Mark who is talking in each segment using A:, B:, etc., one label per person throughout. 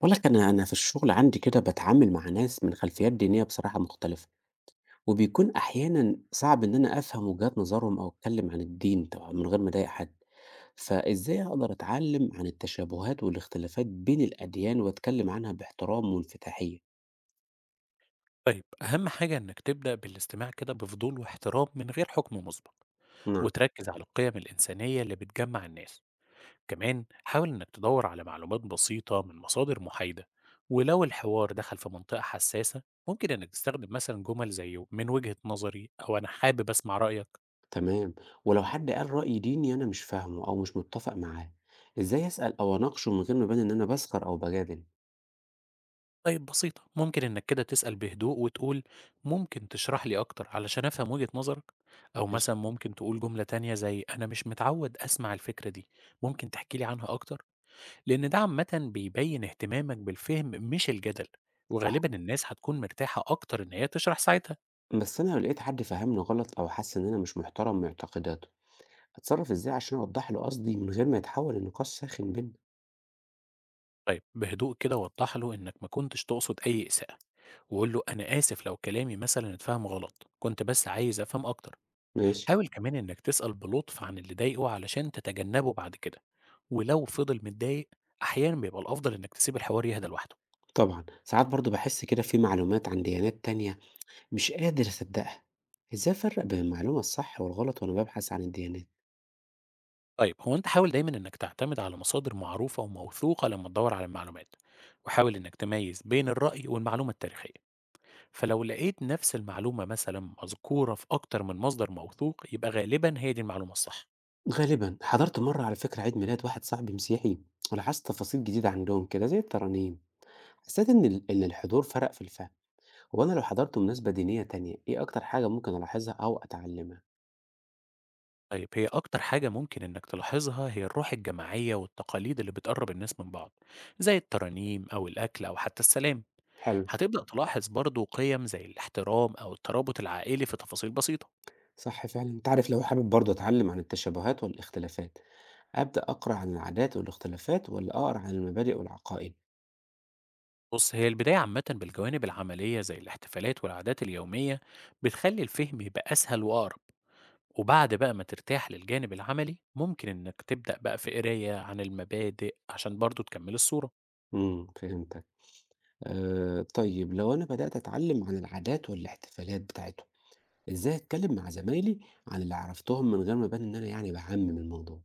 A: باقول لك أنا في الشغل عندي كده باتعامل مع ناس من خلفيات دينية بصراحة مختلفة، وبيكون أحيانًا صعب إن أنا أفهم وجهات نظرهم أو أتكلم عن الدين طبعًا من غير ما أضايق حد، فإزاي أقدر أتعلم عن التشابهات والاختلافات بين الأديان وأتكلم عنها باحترام وانفتاحية؟
B: طيب، أهم حاجة إنك تبدأ بالاستماع كده بفضول واحترام من غير حكم مسبق،
A: نعم،
B: وتركز على القيم الإنسانية اللي بتجمع الناس، كمان حاول إنك تدور على معلومات بسيطة من مصادر محايدة، ولو الحوار دخل في منطقة حساسة ممكن إنك تستخدم مثلا جمل زي من وجهة نظري أو أنا حابب أسمع رأيك.
A: تمام، ولو حد قال رأي ديني أنا مش فاهمه أو مش متفق معاه، إزاي أسأل أو أناقشه من غير ما أبان إن أنا باسخر أو باجادل؟
B: طيب، بسيطة، ممكن إنك كده تسأل بهدوء وتقول ممكن تشرح لي أكتر علشان أفهم وجهة نظرك، أو
A: ماشي،
B: مثلا ممكن تقول جملة تانية زي أنا مش متعود أسمع الفكرة دي، ممكن تحكي لي عنها أكتر؟ لأن ده عامةً بيبين اهتمامك بالفهم مش الجدل،
A: صح،
B: وغالبًا الناس هتكون مرتاحة أكتر إن هي تشرح ساعتها.
A: بس أنا لو لقيت حد فهمني غلط أو حس إن أنا مش محترم معتقداته أتصرّف إزاي عشان أوضّح له قصدي من غير ما يتحوّل لنقاش ساخن بيننا؟
B: طيب، بهدوء كده وضح له إنك ما كنتش تقصد أي إساءة، وقول له أنا آسف لو كلامي مثلًا اتفهم غلط، كنت بس عايز أفهم أكتر.
A: ماشي.
B: حاول كمان إنك تسأل بلطف عن اللي ضايقه علشان تتجنبه بعد كده، ولو فضل متضايق أحيانًا بيبقى الأفضل إنك تسيب الحوار يهدى لوحده.
A: طبعًا، ساعات برضه باحس كده في معلومات عن ديانات تانية مش قادر أصدّقها. إزاي أفرّق بين المعلومة الصح والغلط وأنا بابحث عن الديانات؟
B: طيب، هو انت حاول دايما انك تعتمد على مصادر معروفة وموثوقة لما تدور على المعلومات، وحاول انك تميز بين الرأي والمعلومة التاريخية، فلو لقيت نفس المعلومة مثلا مذكورة في اكتر من مصدر موثوق يبقى غالبا هي دي المعلومة الصح.
A: غالبًا حضرت مرّة على فكرة عيد ميلاد واحد صاحبي مسيحي ولاحظت تفاصيل جديدة عندهم كده زي الترانيم. حسّيت إن الحضور فرق في الفهم. هو أنا لو حضرت مناسبة دينية تانية، إيه أكتر حاجة ممكن ألاحظها أو أتعلّمها؟
B: طيب، هي اكتر حاجة ممكن انك تلاحظها هي الروح الجماعية والتقاليد اللي بتقرب الناس من بعض، زي الترانيم او الاكل او حتى السلام.
A: حلو،
B: هتبدأ تلاحظ برضو قيم زي الاحترام او الترابط العائلي في تفاصيل بسيطة.
A: صح فعلًا. أنت عارف لو حابب برضه أتعلّم عن التشابهات والاختلافات، أبدأ أقرأ عن العادات والاختلافات ولا أقرأ عن المبادئ والعقائد؟
B: بص، هي البداية عامة بالجوانب العملية زي الاحتفالات والعادات اليومية، بتخلي الفهم يبقى أسهل وأقرب، وبعد بقى ما ترتاح للجانب العملي ممكن إنك تبدأ بقى في قراية عن المبادئ عشان برضو تكمل الصورة.
A: إمم، فهمتك. طيب لو أنا بدأت أتعلم عن العادات والاحتفالات بتاعتهم، إزاي أتكلم مع زمايلي عن اللي عرفتهم من غير ما أبان إن أنا يعني باعمم الموضوع؟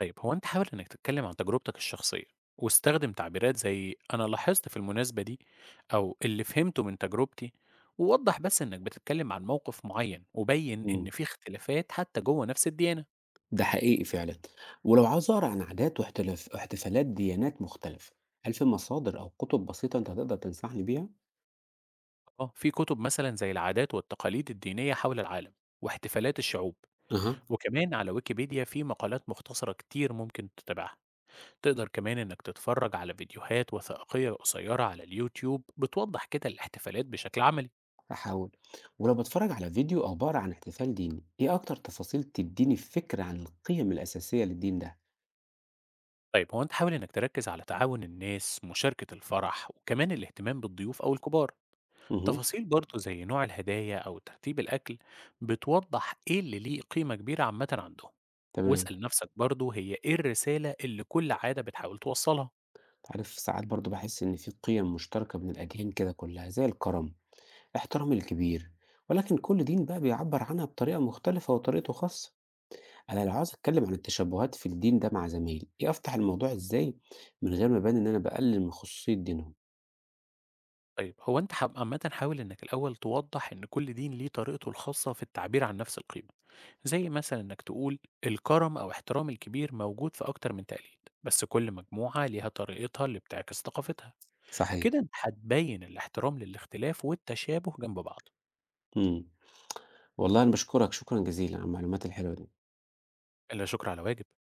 B: طيب، هو أنت حاول إنك تتكلم عن تجربتك الشخصية، واستخدم تعبيرات زي أنا لاحظت في المناسبة دي أو اللي فهمته من تجربتي، ووضح بس إنك بتتكلم عن موقف معين وبين إن
A: إمم.
B: في اختلافات حتى جوه نفس الديانة.
A: ده حقيقي فعلًا. ولو عاوز أقرأ عن عادات واحتلاف واحتفالات ديانات مختلفة، هل في مصادر أو كتب بسيطة أنت هتقدر تنصحني بيها؟
B: آه، في كتب مثلًا زي العادات والتقاليد الدينية حول العالم، واحتفالات الشعوب،
A: أها،
B: وكمان على ويكيبيديا في مقالات مختصرة كتير ممكن تتابعها، تقدر كمان إنك تتفرج على فيديوهات وثائقية قصيرة على اليوتيوب بتوضح كده الاحتفالات بشكل عملي.
A: هاحاول. ولو باتفرج على فيديو أو باقرأ عن احتفال ديني، إيه أكتر تفاصيل تديني فكرة عن القيم الأساسية للدين ده؟
B: طيب، هو أنت حاول إنك تركز على تعاون الناس، مشاركة الفرح، وكمان الاهتمام بالضيوف أو الكبار.
A: اهم،
B: تفاصيل برضه زي نوع الهدايا أو ترتيب الأكل بتوضح إيه اللي ليه قيمة كبيرة عامة عندهم،
A: تمام.
B: واسأل نفسك برضه هي إيه الرسالة اللي كل عادة بتحاول توصلها.
A: عارف ساعات برضه باحس إن في قِيَم مشتركة بين الأديان كده كلّها، زي الكرم، احترام الكبير، ولكن كل دين بقى بيعبّر عنها بطريقة مختلفة وطريقته خاصة. أنا لو عاوز أتكلّم عن التشبُّهات في الدين ده مع زمايلي، إيه أفتح الموضوع إزاي من غير ما أبان إن أنا باقلل من خصوصية دينهم؟
B: طيب، هو أنت عامة حاول إنك الأول توضح إن كل دين ليه طريقته الخاصة في التعبير عن نفس القيمة، زي مثلا إنك تقول الكرم أو احترام الكبير موجود في أكتر من تقليد بس كل مجموعة ليها طريقتها اللي بتعكس ثقافتها.
A: صحيح.
B: كده أنت هتبين الاحترام للاختلاف والتشابه جنب بعض.
A: إمم. والله أنا باشكرك شكرًا جزيلًا على المعلومات الحلوة دي.
B: إلا شكر على واجب.